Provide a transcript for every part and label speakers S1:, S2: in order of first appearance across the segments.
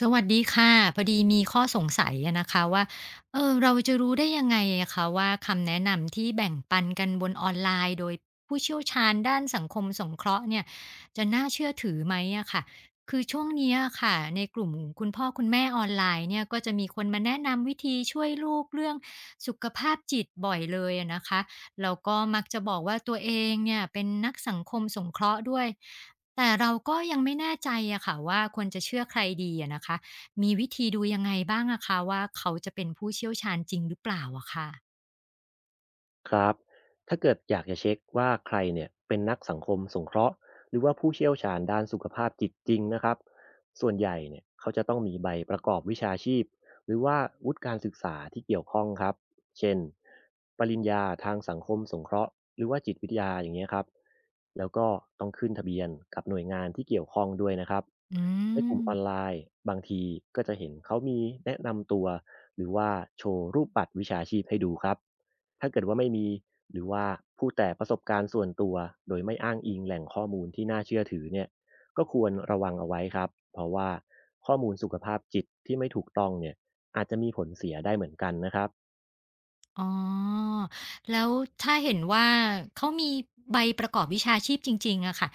S1: สวัสดีค่ะพอดีมีข้อสงสัยอะนะคะว่าเราจะรู้ได้ยังไงอะคะว่าคำแนะนำที่แบ่งปันกันบนออนไลน์โดยผู้เชี่ยวชาญด้านสังคมสงเคราะห์เนี่ยจะน่าเชื่อถือไหมอะค่ะคือช่วงเนี้ยอะค่ะในกลุ่มคุณพ่อคุณแม่ออนไลน์เนี่ยก็จะมีคนมาแนะนำวิธีช่วยลูกเรื่องสุขภาพจิตบ่อยเลยอะนะคะแล้วก็มักจะบอกว่าตัวเองเนี่ยเป็นนักสังคมสงเคราะห์ด้วย แต่เราก็ยังไม่แน่ใจอะค่ะว่าควรจะเชื่อใครดีอะนะคะมีวิธีดูยังไงบ้างอะคะว่าเขาจะเป็นผู้เชี่ยวชาญจริงหรือเปล่าอะค่ะ
S2: ครับ ถ้าเกิดอยากจะเช็คว่าใครเนี่ยเป็นนักสังคมสงเคราะห์หรือว่าผู้เชี่ยวชาญด้านสุขภาพจิตจริงนะครับส่วนใหญ่เนี่ยเขาจะต้องมีใบประกอบวิชาชีพหรือว่าวุฒิการศึกษาที่เกี่ยวข้องครับเช่นปริญญาทางสังคมสงเคราะห์หรือว่าจิตวิทยาอย่างเงี้ยครับแล้วก็ต้องขึ้นทะเบียนกับหน่วยงานที่เกี่ยวข้องด้วยนะครับ
S1: อื
S2: ในกลุ่มออน
S1: ม
S2: ไลน์บางทีก็จะเห็นเขามีแนะนำตัวหรือว่าโชว์รูปบัตรวิชาชีพให้ดูครับ ถ้าเกิดว่าไม่มีหรือว่าพูดแต่ประสบการณ์ส่วนตัวโดยไม่อ้างอิงแหล่งข้อมูลที่น่าเชื่อถือเนี่ยก็ควรระวังเอาไว้ครับเพราะว่าข้อมูลสุขภาพจิตที่ไม่ถูกต้องเนี่ยอาจจะมีผลเสียได้เหมือนกันนะครับ
S1: อ๋อแล้วถ้าเห็นว่าเขามีใบประกอบวิชาชีพจริงๆอะค่ะ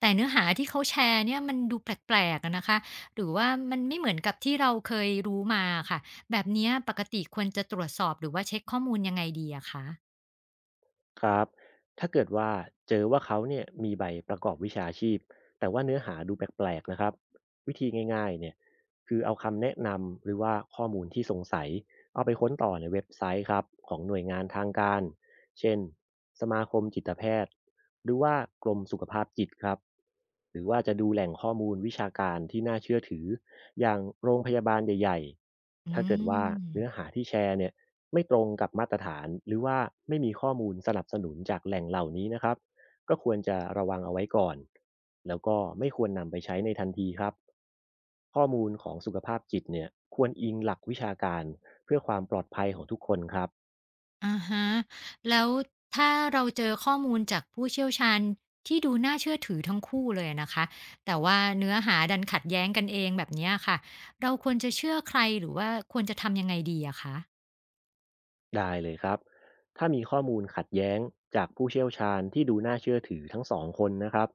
S1: แต่เนื้อหาที่เขาแชร์เนี่ยมันดูแปลกๆอะนะคะหรือว่ามันไม่เหมือนกับที่เราเคยรู้มาอะค่ะแบบเนี้ยปกติควรจะตรวจสอบหรือว่าเช็กข้อมูลยังไงดีอะคะ
S2: ครับ ถ้าเกิดว่าเจอว่าเขาเนี่ยมีใบประกอบวิชาชีพ แต่ว่าเนื้อหาดูแปลกๆนะครับ วิธีง่ายๆเนี่ยคือเอาคำแนะนำหรือว่าข้อมูลที่สงสัยเอาไปค้นต่อในเว็บไซต์ครับของหน่วยงานทางการ เช่นสมาคมจิตแพทย์หรือว่ากรมสุขภาพจิตครับหรือว่าจะดูแหล่งข้อมูลวิชาการที่น่าเชื่อถืออย่างโรงพยาบาลใหญ่ๆ
S1: อื
S2: ถ้าเกิดว่าเนื้อ
S1: ม
S2: หาที่แชร์เนี่ย ไม่ตรงกับมาตรฐานหรือว่าไม่มีข้อมูลสนับสนุนจากแหล่งเหล่านี้นะครับก็ควรจะระวังเอาไว้ก่อนแล้วก็ไม่ควรนำไปใช้ในทันทีครับข้อมูลของสุขภาพจิตเนี่ยควรอิงหลักวิชาการเพื่อความปลอดภัยของทุกคนครับ
S1: อะฮะแล้วถ้าเราเจอข้อมูลจากผู้เชี่ยวชาญที่ดูน่าเชื่อถือทั้งคู่เลยนะคะแต่ว่าเนื้อหาดันขัดแย้งกันเองแบบเนี้ยค่ะเราควรจะเชื่อใครหรือว่าควรจะทำยังไงดีอะคะ
S2: ได้เลยครับถ้ามีข้อมูลขัดแย้งจากผู้เชี่ยวชาญที่ดูน่าเชื่อถือทั้งสองคนนะครับ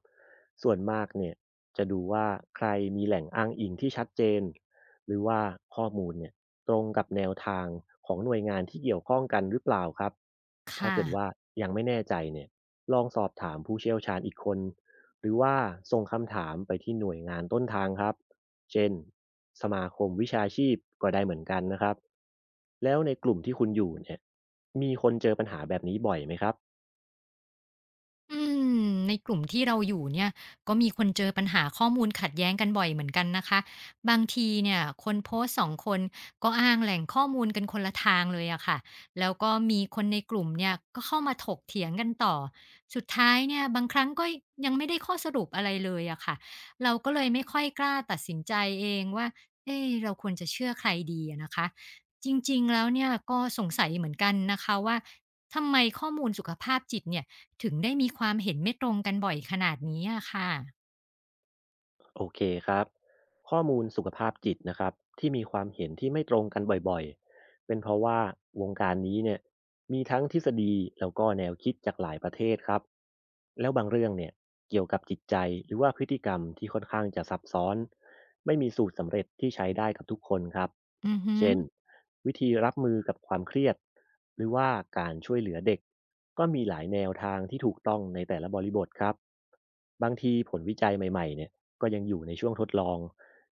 S2: ส่วนมากเนี่ยจะดูว่าใครมีแหล่งอ้างอิงที่ชัดเจน หรือว่าข้อมูลเนี่ยตรงกับแนวทางของหน่วยงานที่เกี่ยวข้องกันหรือเปล่าครับ ถ้า
S1: ค่ะ
S2: เกิดว่ายังไม่แน่ใจเนี่ยลองสอบถามผู้เชี่ยวชาญอีกคนหรือว่าส่งคำถามไปที่หน่วยงานต้นทางครับ เช่นสมาคมวิชาชีพก็ได้เหมือนกันนะครับแล้วในกลุ่มที่คุณอยู่เนี่ยมีคนเจอปัญหาแบบนี้บ่อยไหมครับ
S1: อืมในกลุ่มที่เราอยู่เนี่ยก็มีคนเจอปัญหาข้อมูลขัดแย้งกันบ่อยเหมือนกันนะคะบางทีเนี่ยคนโพสต์สองคนก็อ้างแหล่งข้อมูลกันคนละทางเลยอะค่ะแล้วก็มีคนในกลุ่มเนี่ยก็เข้ามาถกเถียงกันต่อสุดท้ายเนี่ยบางครั้งก็ยังไม่ได้ข้อสรุปอะไรเลยอะค่ะเราก็เลยไม่ค่อยกล้าตัดสินใจเองว่าเอ้เราควรจะเชื่อใครดีอะนะคะจริงๆแล้วเนี่ยก็สงสัยเหมือนกันนะคะว่าทำไมข้อมูลสุขภาพจิตเนี่ย ถึงได้มีความเห็นไม่ตรงกันบ่อยขนาดนี้อะค่ะ
S2: โอเคครับข้อมูลสุขภาพจิตนะครับที่มีความเห็นที่ไม่ตรงกันบ่อยๆเป็นเพราะว่าวงการนี้เนี่ยมีทั้งทฤษฎีแล้วก็แนวคิดจากหลายประเทศครับแล้วบางเรื่องเนี่ยเกี่ยวกับจิตใจหรือว่าพฤติกรรมที่ค่อนข้างจะซับซ้อนไม่มีสูตรสำเร็จที่ใช้ได้กับทุกคนครับ
S1: อือฮึ
S2: เช่นวิธีรับมือกับความเครียดหรือว่าการช่วยเหลือเด็กก็มีหลายแนวทางที่ถูกต้องในแต่ละบริบทครับบางทีผลวิจัยใหม่ๆเนี่ย ก็ยังอยู่ในช่วงทดลอง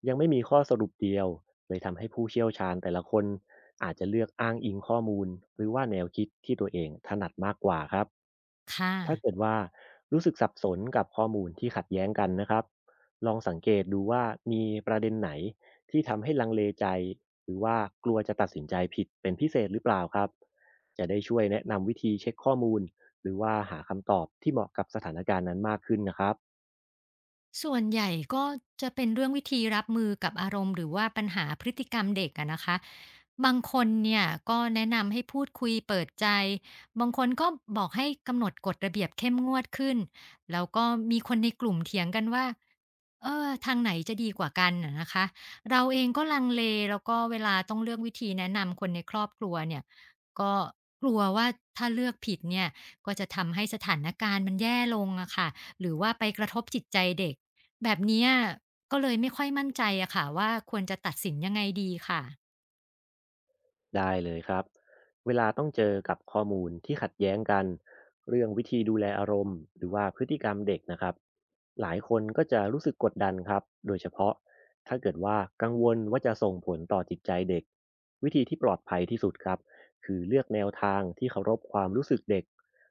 S2: ยังไม่มีข้อสรุปเดียวเลยทำให้ผู้เชี่ยวชาญแต่ละคนอาจจะเลือกอ้างอิงข้อมูลหรือว่าแนวคิดที่ตัวเองถนัดมากกว่าครับ
S1: ค่ะ
S2: ถ้าเกิดว่ารู้สึกสับสนกับข้อมูลที่ขัดแย้งกันนะครับลองสังเกตดูว่ามีประเด็นไหนที่ทำให้ลังเลใจหรือว่ากลัวจะตัดสินใจผิดเป็นพิเศษหรือเปล่าครับจะได้ช่วยแนะนำวิธีเช็คข้อมูลหรือว่าหาคำตอบที่เหมาะกับสถานการณ์นั้นมากขึ้นนะครับ
S1: ส่วนใหญ่ก็จะเป็นเรื่องวิธีรับมือกับอารมณ์หรือว่าปัญหาพฤติกรรมเด็กอะนะคะ บางคนเนี่ยก็แนะนำให้พูดคุยเปิดใจ บางคนก็บอกให้กำหนดกฎระเบียบเข้มงวดขึ้น แล้วก็มีคนในกลุ่มเถียงกันว่า ทางไหนจะดีกว่ากันอะนะคะเราเองก็ลังเลแล้วก็เวลาต้องเลือกวิธีแนะนำคนในครอบครัวเนี่ยก็กลัวว่าถ้าเลือกผิดเนี่ยก็จะทำให้สถานการณ์มันแย่ลงอะค่ะหรือว่าไปกระทบจิตใจเด็กแบบเนี้ยก็เลยไม่ค่อยมั่นใจอะค่ะว่าควรจะตัดสินยังไงดีค่ะ
S2: ได้เลยครับเวลาต้องเจอกับข้อมูลที่ขัดแย้งกันเรื่องวิธีดูแลอารมณ์หรือว่าพฤติกรรมเด็กนะครับหลายคนก็จะรู้สึกกดดันครับโดยเฉพาะถ้าเกิดว่ากังวลว่าจะส่งผลต่อจิตใจเด็กวิธีที่ปลอดภัยที่สุดครับคือเลือกแนวทางที่เคารพความรู้สึกเด็ก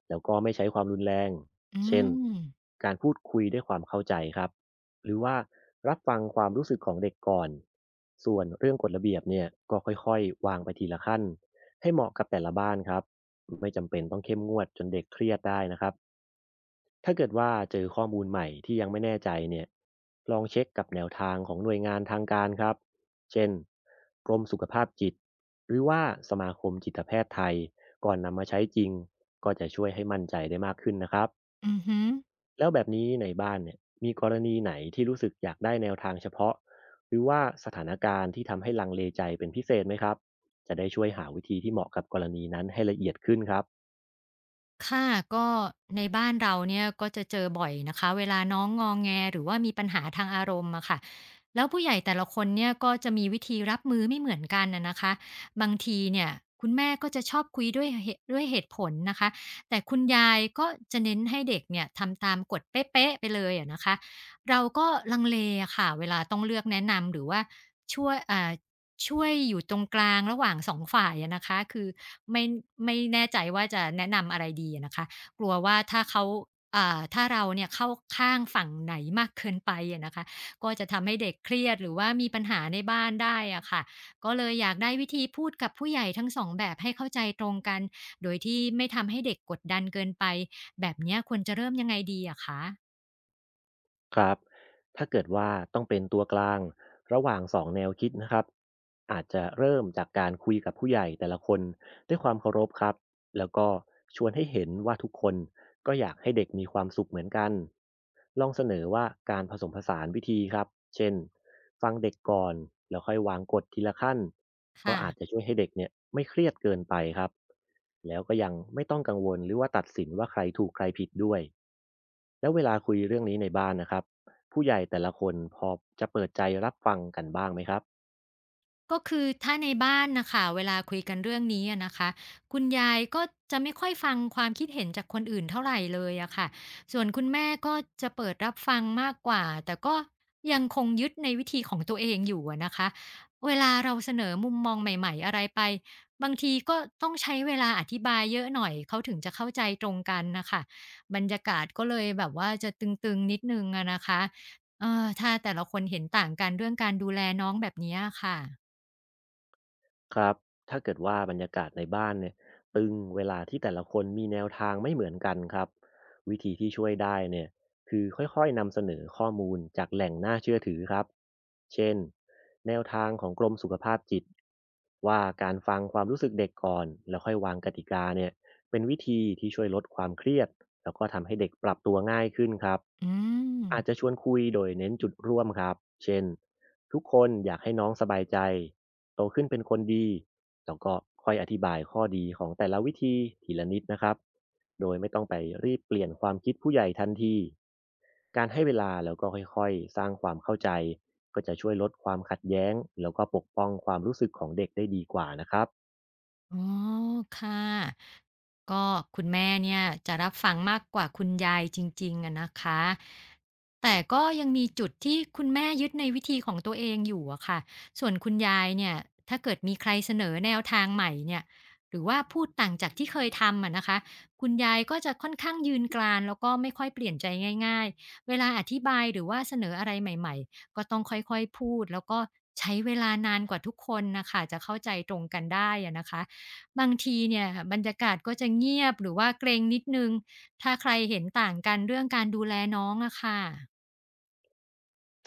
S2: แล้วก็ไม่ใช้ความรุนแรง
S1: อื
S2: เช่น
S1: ม
S2: การพูดคุยด้วยความเข้าใจครับ หรือว่ารับฟังความรู้สึกของเด็กก่อน ส่วนเรื่องกฎระเบียบเนี่ยก็ค่อยๆวางไปทีละขั้นให้เหมาะกับแต่ละบ้านครับไม่จำเป็นต้องเข้มงวดจนเด็กเครียดได้นะครับถ้าเกิดว่าเจอข้อมูลใหม่ที่ยังไม่แน่ใจเนี่ยลองเช็คกับแนวทางของหน่วยงานทางการครับเช่นกรมสุขภาพจิตหรือว่าสมาคมจิตแพทย์ไทยก่อนนำมาใช้จริงก็จะช่วยให้มั่นใจได้มากขึ้นนะครับ
S1: อือฮึ
S2: แล้วแบบนี้ในบ้านเนี่ยมีกรณีไหนที่รู้สึกอยากได้แนวทางเฉพาะหรือว่าสถานการณ์ที่ทำให้ลังเลใจเป็นพิเศษไหมครับจะได้ช่วยหาวิธีที่เหมาะกับกรณีนั้นให้ละเอียดขึ้นครับ
S1: ค่ะก็ในบ้านเราเนี่ยก็จะเจอบ่อยนะคะเวลาน้องงอแงหรือว่ามีปัญหาทางอารมณ์อะค่ะแล้วผู้ใหญ่แต่ละคนเนี่ยก็จะมีวิธีรับมือไม่เหมือนกันน่ะนะคะบางทีเนี่ยคุณแม่ก็จะชอบคุยด้วยเหตุด้วยเหตุผลนะคะแต่คุณยายก็จะเน้นให้เด็กเนี่ยทำตามกฎเป๊ะๆไปเลยอะนะคะเราก็ลังเลอะค่ะเวลาต้องเลือกแนะนำหรือว่าช่วยอ่า ช่วยอยู่ตรงกลางระหว่างสองฝ่ายอะนะคะคือไม่ไม่แน่ใจว่าจะแนะนำอะไรดีอะนะคะกลัวว่าถ้าเราเนี่ยเข้าข้างฝั่งไหนมากเกินไปอะนะคะก็จะทำให้เด็กเครียดหรือว่ามีปัญหาในบ้านได้อะค่ะก็เลยอยากได้วิธีพูดกับผู้ใหญ่ทั้งสองแบบให้เข้าใจตรงกันโดยที่ไม่ทำให้เด็กกดดันเกินไปแบบเนี้ยควรจะเริ่มยังไงดีอะคะ
S2: ครับถ้าเกิดว่าต้องเป็นตัวกลางระหว่าง2แนวคิดนะครับอาจจะเริ่มจากการคุยกับผู้ใหญ่แต่ละคนด้วยความเคารพครับแล้วก็ชวนให้เห็นว่าทุกคนก็อยากให้เด็กมีความสุขเหมือนกันลองเสนอว่าการผสมผสานวิธีครับเช่นฟังเด็กก่อนแล้วค่อยวางกฎทีละขั้นก็อาจจะ
S1: ค่ะ
S2: ช่วยให้เด็กเนี่ยไม่เครียดเกินไปครับแล้วก็ยังไม่ต้องกังวลหรือว่าตัดสินว่าใครถูกใครผิดด้วย แล้วเวลาคุยเรื่องนี้ในบ้านนะครับผู้ใหญ่แต่ละคนพอจะเปิดใจรับฟังกันบ้างไหมครับ
S1: ก็คือถ้าในบ้านนะคะเวลาคุยกันเรื่องนี้อะนะคะคุณยายก็จะไม่ค่อยฟังความคิดเห็นจากคนอื่นเท่าไหร่เลยอะค่ะส่วนคุณแม่ก็จะเปิดรับฟังมากกว่าแต่ก็ยังคงยึดในวิธีของตัวเองอยู่อะนะคะเวลาเราเสนอมุมมองใหม่ๆอะไรไปบางทีก็ต้องใช้เวลาอธิบายเยอะหน่อยเขาถึงจะเข้าใจตรงกันนะคะบรรยากาศก็เลยแบบว่าจะตึงๆนิดนึงอะนะคะถ้าแต่ละคนเห็นต่างกันเรื่องการดูแลน้องแบบเนี้ยค่ะ
S2: ครับถ้าเกิดว่าบรรยากาศในบ้านเนี่ยตึงเวลาที่แต่ละคนมีแนวทางไม่เหมือนกันครับวิธีที่ช่วยได้เนี่ยคือค่อยๆนำเสนอข้อมูลจากแหล่งน่าเชื่อถือครับเช่นแนวทางของกรมสุขภาพจิตว่าการฟังความรู้สึกเด็กก่อนแล้วค่อยวางกติกาเนี่ยเป็นวิธีที่ช่วยลดความเครียดแล้วก็ทำให้เด็กปรับตัวง่ายขึ้นครับ
S1: อืม
S2: อาจจะชวนคุยโดยเน้นจุดร่วมครับเช่นทุกคนอยากให้น้องสบายใจ โตขึ้นเป็นคนดีแล้วก็ค่อยอธิบายข้อดีของแต่ละวิธีทีละนิดนะครับ โดยไม่ต้องไปรีบเปลี่ยนความคิดผู้ใหญ่ทันที การให้เวลาแล้วก็ค่อยๆสร้างความเข้าใจก็จะช่วยลดความขัดแย้งแล้วก็ปกป้องความรู้สึกของเด็กได้ดีกว่านะครับ
S1: อ๋อค่ะก็คุณแม่เนี่ยจะรับฟังมากกว่าคุณยายจริงๆอะนะคะแต่ก็ยังมีจุดที่คุณแม่ยึดในวิธีของตัวเองอยู่อะค่ะส่วนคุณยายเนี่ยถ้าเกิดมีใครเสนอแนวทางใหม่เนี่ยหรือว่าพูดต่างจากที่เคยทำอะนะคะคุณยายก็จะค่อนข้างยืนกรานแล้วก็ไม่ค่อยเปลี่ยนใจง่ายๆเวลาอธิบายหรือว่าเสนออะไรใหม่ๆก็ต้องค่อยๆพูดแล้วก็ใช้เวลานานกว่าทุกคนน่ะค่ะจะเข้าใจตรงกันได้อะนะคะ บางทีเนี่ยบรรยากาศก็จะเงียบหรือว่าเกรงนิดนึง ถ้าใครเห็นต่างกันเรื่องการดูแลน้องอะค่ะ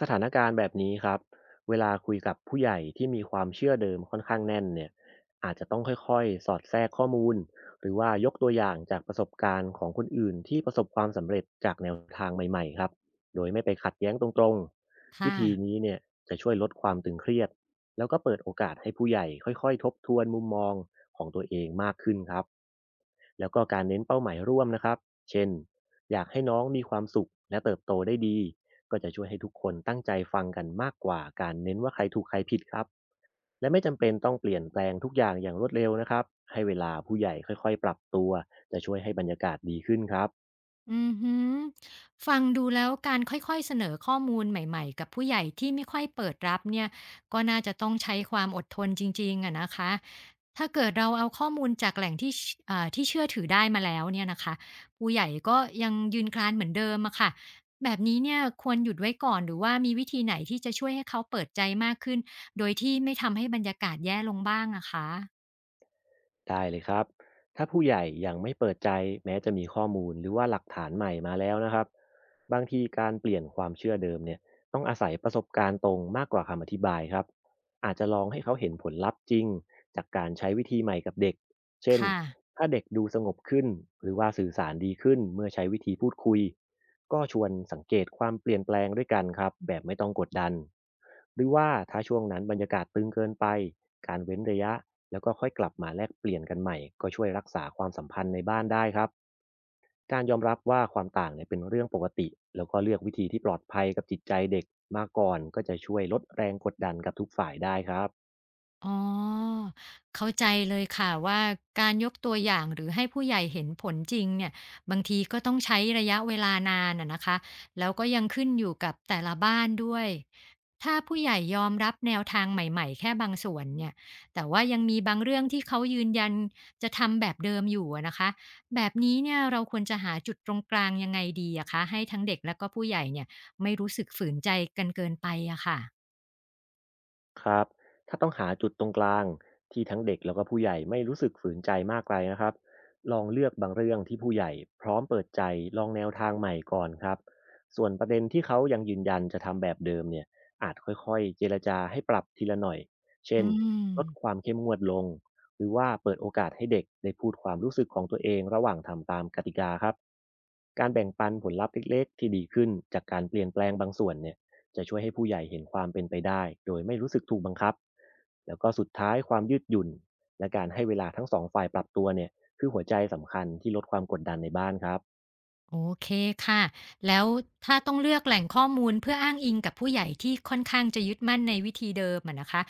S2: สถานการณ์แบบนี้ครับเวลาคุยกับผู้ใหญ่ที่มีความเชื่อเดิมค่อนข้างแน่นเนี่ยอาจจะต้องค่อยๆสอดแทรกข้อมูลหรือว่ายกตัวอย่างจากประสบการณ์ของคนอื่นที่ประสบความสำเร็จจากแนวทางใหม่ๆครับโดยไม่ไปขัดแย้งตรงๆวิ
S1: ค่ะ
S2: ธีนี้เนี่ยจะช่วยลดความตึงเครียดแล้วก็เปิดโอกาสให้ผู้ใหญ่ค่อยๆทบทวนมุมมองของตัวเองมากขึ้นครับแล้วก็การเน้นเป้าหมายร่วมนะครับเช่นอยากให้น้องมีความสุขและเติบโตได้ดี ก็จะช่วยให้ทุกคนตั้งใจฟังกันมากกว่าการเน้นว่าใครถูกใครผิดครับ และไม่จำเป็นต้องเปลี่ยนแปลงทุกอย่างอย่างรวดเร็วนะครับ ให้เวลาผู้ใหญ่ค่อยๆปรับตัวจะช่วยให้บรรยากาศดีขึ้นครับ
S1: อือฮึฟังดูแล้วการค่อยๆเสนอข้อมูลใหม่ๆ กับผู้ใหญ่ที่ไม่ค่อยเปิดรับเนี่ยก็น่าจะต้องใช้ความอดทนจริงๆอะนะคะถ้าเกิดเราเอาข้อมูลจากแหล่งที่เชเอ่อที่เชื่อถือได้มาแล้วเนี่ยนะคะผู้ใหญ่ก็ยังยืนกรานเหมือนเดิมอะค่ะแบบนี้เนี่ยควรหยุดไว้ก่อนหรือว่ามีวิธีไหนที่จะช่วยให้เขาเปิดใจมากขึ้นโดยที่ไม่ทำให้บรรยากาศแย่ลงบ้างอะคะ
S2: ได้เลยครับถ้าผู้ใหญ่ยังไม่เปิดใจแม้จะมีข้อมูลหรือว่าหลักฐานใหม่มาแล้วนะครับ บางทีการเปลี่ยนความเชื่อเดิมเนี่ยต้องอาศัยประสบการณ์ตรงมากกว่าคำอธิบายครับ อาจจะลองให้เขาเห็นผลลัพธ์จริงจากการใช้วิธีใหม่กับเด็ก เช่น
S1: ค่ะ
S2: ถ้าเด็กดูสงบขึ้นหรือว่าสื่อสารดีขึ้นเมื่อใช้วิธีพูดคุย ก็ชวนสังเกตความเปลี่ยนแปลงด้วยกันครับแบบไม่ต้องกดดันหรือว่าถ้าช่วงนั้นบรรยากาศตึงเกินไปการเว้นระยะ แล้วก็ค่อยกลับมาแลกเปลี่ยนกันใหม่ก็ช่วยรักษาความสัมพันธ์ในบ้านได้ครับการยอมรับว่าความต่างเนี่ยเป็นเรื่องปกติแล้วก็เลือกวิธีที่ปลอดภัยกับจิตใจเด็กมาก่อนก็จะช่วยลดแรงกดดันกับทุกฝ่ายได้ครับ
S1: อ๋อเข้าใจเลยค่ะว่าการยกตัวอย่างหรือให้ผู้ใหญ่เห็นผลจริงเนี่ยบางทีก็ต้องใช้ระยะเวลานานอะนะคะแล้วก็ยังขึ้นอยู่กับแต่ละบ้านด้วยถ้าผู้ใหญ่ยอมรับแนวทางใหม่ๆแค่บางส่วนเนี่ยแต่ว่ายังมีบางเรื่องที่เขายืนยันจะทำแบบเดิมอยู่อะนะคะแบบนี้เนี่ยเราควรจะหาจุดตรงกลางยังไงดีอะคะให้ทั้งเด็กแล้วก็ผู้ใหญ่เนี่ยไม่รู้สึกฝืนใจกันเกินไปอะค่ะ
S2: ครับถ้าต้องหาจุดตรงกลางที่ทั้งเด็กแล้วก็ผู้ใหญ่ไม่รู้สึกฝืนใจมากไปนะครับลองเลือกบางเรื่องที่ผู้ใหญ่พร้อมเปิดใจลองแนวทางใหม่ก่อนครับส่วนประเด็นที่เขายังยืนยันจะทำแบบเดิมเนี่ยอาจค่อยๆเจรจาให้ปรับทีละหน่อย เช่
S1: อื
S2: น
S1: ม
S2: ลดความเข้มงวดลงหรือว่าเปิดโอกาสให้เด็กได้พูดความรู้สึกของตัวเองระหว่างทำตามกติกาครับการแบ่งปันผลลัพธ์เล็กๆที่ดีขึ้นจากการเปลี่ยนแปลงบางส่วนเนี่ย จะช่วยให้ผู้ใหญ่เห็นความเป็นไปได้โดยไม่รู้สึกถูกบังคับแล้วก็สุดท้ายความยืดหยุ่นและการให้เวลาทั้งสองฝ่ายปรับตัวเนี่ยคือหัวใจสำคัญที่ลดความกดดันในบ้านครับ
S1: โอเคค่ะ แล้วถ้าต้องเลือกแหล่งข้อมูลเพื่ออ้างอิงกับผู้ใหญ่ที่ค่อนข้างจะยึดมั่นในวิธีเดิมอะนะคะ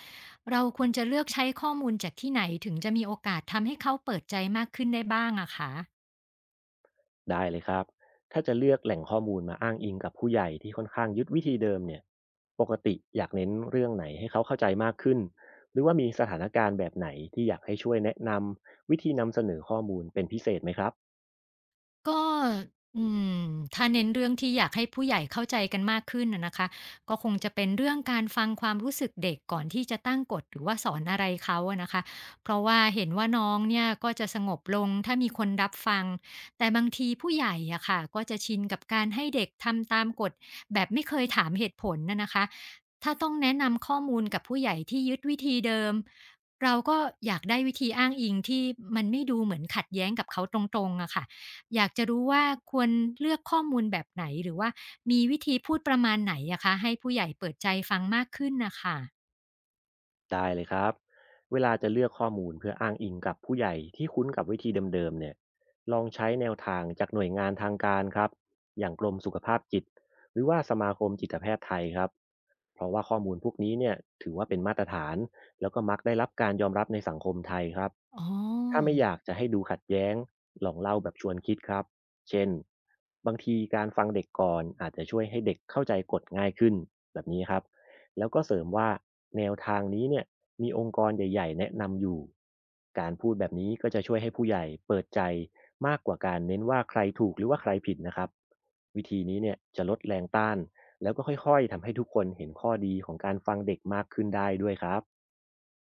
S1: เราควรจะเลือกใช้ข้อมูลจากที่ไหนถึงจะมีโอกาสทำให้เขาเปิดใจมากขึ้นได้บ้างอะคะ
S2: ได้เลยครับถ้าจะเลือกแหล่งข้อมูลมาอ้างอิงกับผู้ใหญ่ที่ค่อนข้างยึดวิธีเดิมเนี่ยปกติอยากเน้นเรื่องไหนให้เขาเข้าใจมากขึ้นหรือว่ามีสถานการณ์แบบไหนที่อยากให้ช่วยแนะนำวิธีนำเสนอข้อมูลเป็นพิเศษไหมครับ
S1: ก็อืมถ้าเน้นเรื่องที่อยากให้ผู้ใหญ่เข้าใจกันมากขึ้นน่ะนะคะก็คงจะเป็นเรื่องการฟังความรู้สึกเด็กก่อนที่จะตั้งกฎหรือว่าสอนอะไรเขาอะนะคะเพราะว่าเห็นว่าน้องเนี่ยก็จะสงบลงถ้ามีคนรับฟังแต่บางทีผู้ใหญ่อะค่ะก็จะชินกับการให้เด็กทำตามกฎแบบไม่เคยถามเหตุผลน่ะนะคะถ้าต้องแนะนำข้อมูลกับผู้ใหญ่ที่ยึดวิธีเดิมเราก็อยากได้วิธีอ้างอิงที่มันไม่ดูเหมือนขัดแย้งกับเขาตรงๆอะค่ะ อยากจะรู้ว่าควรเลือกข้อมูลแบบไหนหรือว่ามีวิธีพูดประมาณไหนอะคะให้ผู้ใหญ่เปิดใจฟังมากขึ้นน่ะค่ะ
S2: ได้เลยครับ เวลาจะเลือกข้อมูลเพื่ออ้างอิงกับผู้ใหญ่ที่คุ้นกับวิธีเดิมๆเนี่ยลองใช้แนวทางจากหน่วยงานทางการครับอย่างกรมสุขภาพจิต หรือว่าสมาคมจิตแพทย์ไทยครับเพราะว่าข้อมูลพวกนี้เนี่ยถือว่าเป็นมาตรฐาน แล้วก็มักได้รับการยอมรับในสังคมไทยครับ
S1: อ๋
S2: ถ้า
S1: อ
S2: ไม่อยากจะให้ดูขัดแย้งลองเล่าแบบชวนคิดครับเช่นบางทีการฟังเด็กก่อนอาจจะช่วยให้เด็กเข้าใจกฎง่ายขึ้นแบบนี้ครับ แล้วก็เสริมว่าแนวทางนี้เนี่ยมีองค์กรใหญ่ๆแนะนำอยู่การพูดแบบนี้ก็จะช่วยให้ผู้ใหญ่เปิดใจมากกว่าการเน้นว่าใครถูกหรือว่าใครผิดนะครับวิธีนี้เนี่ยจะลดแรงต้านแล้วก็ค่อยๆทำให้ทุกคนเห็นข้อดีของการฟังเด็กมากขึ้นได้ด้วยครับ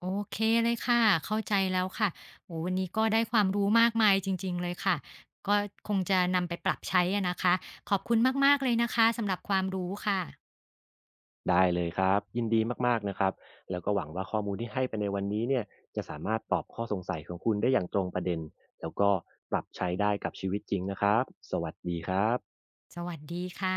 S1: โอเคเลยค่ะเข้าใจแล้วค่ะโอ้โฮวันนี้ก็ได้ความรู้มากมายจริงๆเลยค่ะก็คงจะนำไปปรับใช้อะนะคะขอบคุณมากๆเลยนะคะสำหรับความรู้ค่ะ
S2: ได้เลยครับยินดีมากๆนะครับแล้วก็หวังว่าข้อมูลที่ให้ไปในวันนี้เนี่ยจะสามารถตอบข้อสงสัยของคุณได้อย่างตรงประเด็นแล้วก็ปรับใช้ได้กับชีวิตจริงนะครับสวัสดีครับ
S1: สวัสดีค่ะ